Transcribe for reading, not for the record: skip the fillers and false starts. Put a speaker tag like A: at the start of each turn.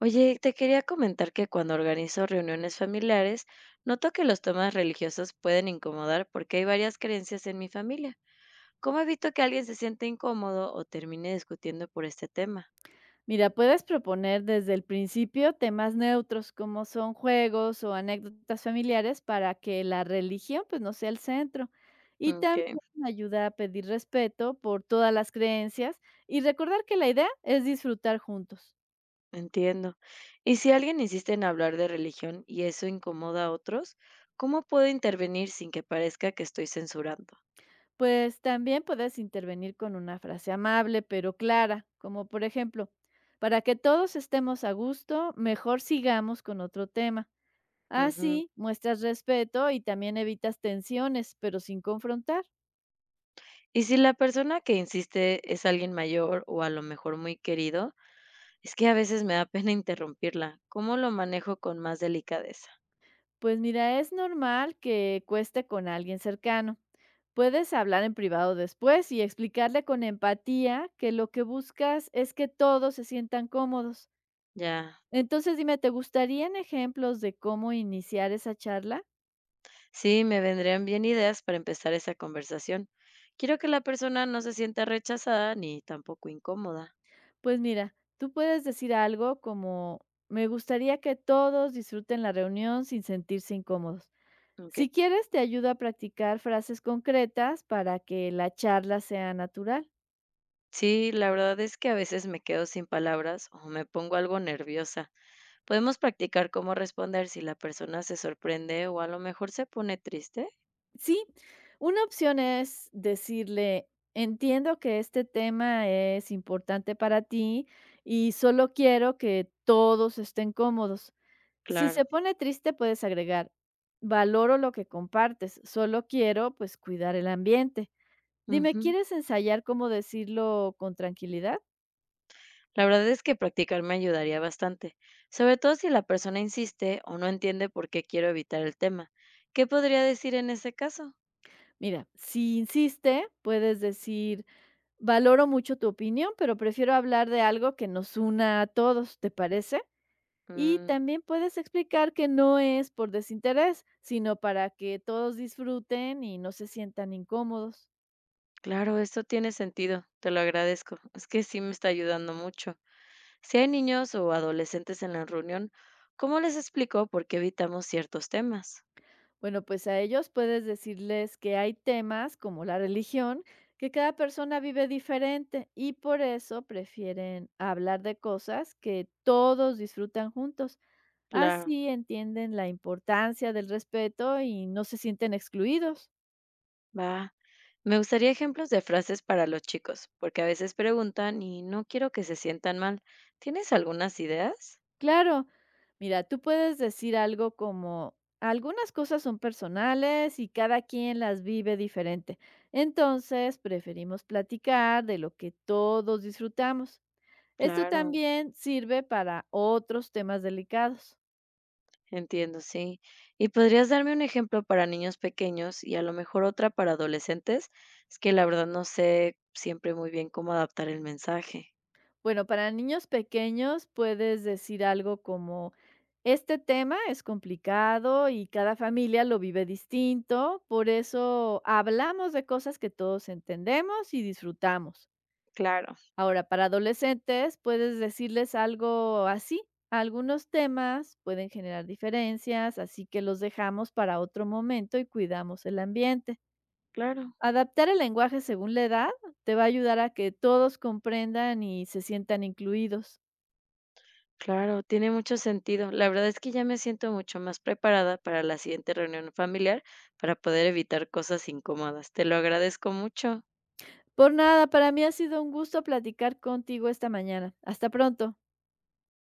A: Oye, te quería comentar que cuando organizo reuniones familiares, noto que los temas religiosos pueden incomodar porque hay varias creencias en mi familia. ¿Cómo evito que alguien se sienta incómodo o termine discutiendo por este tema?
B: Mira, puedes proponer desde el principio temas neutros como son juegos o anécdotas familiares para que la religión pues no sea el centro. Y
A: Mm, Ok,
B: también ayuda a pedir respeto por todas las creencias y recordar que la idea es disfrutar juntos.
A: entiendo. Y si alguien insiste en hablar de religión y eso incomoda a otros, ¿cómo puedo intervenir sin que parezca que estoy censurando?
B: Pues también puedes intervenir con una frase amable pero clara, como por ejemplo, para que todos estemos a gusto, mejor sigamos con otro tema.
A: Ujú.
B: Así muestras respeto y también evitas tensiones, pero sin confrontar.
A: Y si la persona que insiste es alguien mayor o a lo mejor muy querido, es que a veces me da pena interrumpirla. ¿Cómo lo manejo con más delicadeza?
B: Pues mira, es normal que cueste con alguien cercano. Puedes hablar en privado después y explicarle con empatía que lo que buscas es que todos se sientan cómodos.
A: Ya.
B: Entonces dime, ¿te gustarían ejemplos de cómo iniciar esa charla?
A: Sí, me vendrían bien ideas para empezar esa conversación. Quiero que la persona no se sienta rechazada ni tampoco incómoda.
B: Pues mira, tú puedes decir algo como, me gustaría que todos disfruten la reunión sin sentirse incómodos.
A: Ok.
B: Si quieres, te ayudo a practicar frases concretas para que la charla sea natural.
A: Sí, la verdad es que a veces me quedo sin palabras o me pongo algo nerviosa. Podemos practicar cómo responder si la persona se sorprende o a lo mejor se pone triste.
B: Sí, una opción es decirle, entiendo que este tema es importante para ti y solo quiero que todos estén cómodos. Si
A: Claro.
B: se pone triste, puedes agregar, valoro lo que compartes, solo quiero pues cuidar el ambiente. Dime,
A: Ujú.
B: ¿quieres ensayar cómo decirlo con tranquilidad?
A: La verdad es que practicar me ayudaría bastante, sobre todo si la persona insiste o no entiende por qué quiero evitar el tema. ¿Qué podría decir en ese caso?
B: Mira, si insiste, puedes decir, valoro mucho tu opinión, pero prefiero hablar de algo que nos una a todos, ¿te parece? Y
A: Mm,
B: también puedes explicar que no es por desinterés, sino para que todos disfruten y no se sientan incómodos.
A: claro, esto tiene sentido, te lo agradezco. Es que sí me está ayudando mucho. Si hay niños o adolescentes en la reunión, ¿cómo les explico por qué evitamos ciertos temas?
B: Bueno, pues a ellos puedes decirles que hay temas como la religión, que cada persona vive diferente y por eso prefieren hablar de cosas que todos disfrutan juntos.
A: Claro,
B: Así entienden la importancia del respeto y no se sienten excluidos.
A: va. Me gustaría ejemplos de frases para los chicos, porque a veces preguntan y no quiero que se sientan mal. ¿Tienes algunas ideas?
B: Claro. Mira, tú puedes decir algo como, algunas cosas son personales y cada quien las vive diferente. Entonces, preferimos platicar de lo que todos disfrutamos. Esto
A: Claro.
B: también sirve para otros temas delicados.
A: Entiendo, sí. ¿Y podrías darme un ejemplo para niños pequeños y a lo mejor otra para adolescentes? Es que la verdad no sé siempre muy bien cómo adaptar el mensaje.
B: Bueno, para niños pequeños puedes decir algo como, este tema es complicado y cada familia lo vive distinto, por eso hablamos de cosas que todos entendemos y disfrutamos.
A: Claro.
B: Ahora, para adolescentes puedes decirles algo así. Algunos temas pueden generar diferencias, así que los dejamos para otro momento y cuidamos el ambiente.
A: Claro,
B: Adaptar el lenguaje según la edad te va a ayudar a que todos comprendan y se sientan incluidos.
A: claro, tiene mucho sentido. La verdad es que ya me siento mucho más preparada para la siguiente reunión familiar para poder evitar cosas incómodas. Te lo agradezco mucho.
B: Por nada, para mí ha sido un gusto platicar contigo esta mañana. Hasta pronto.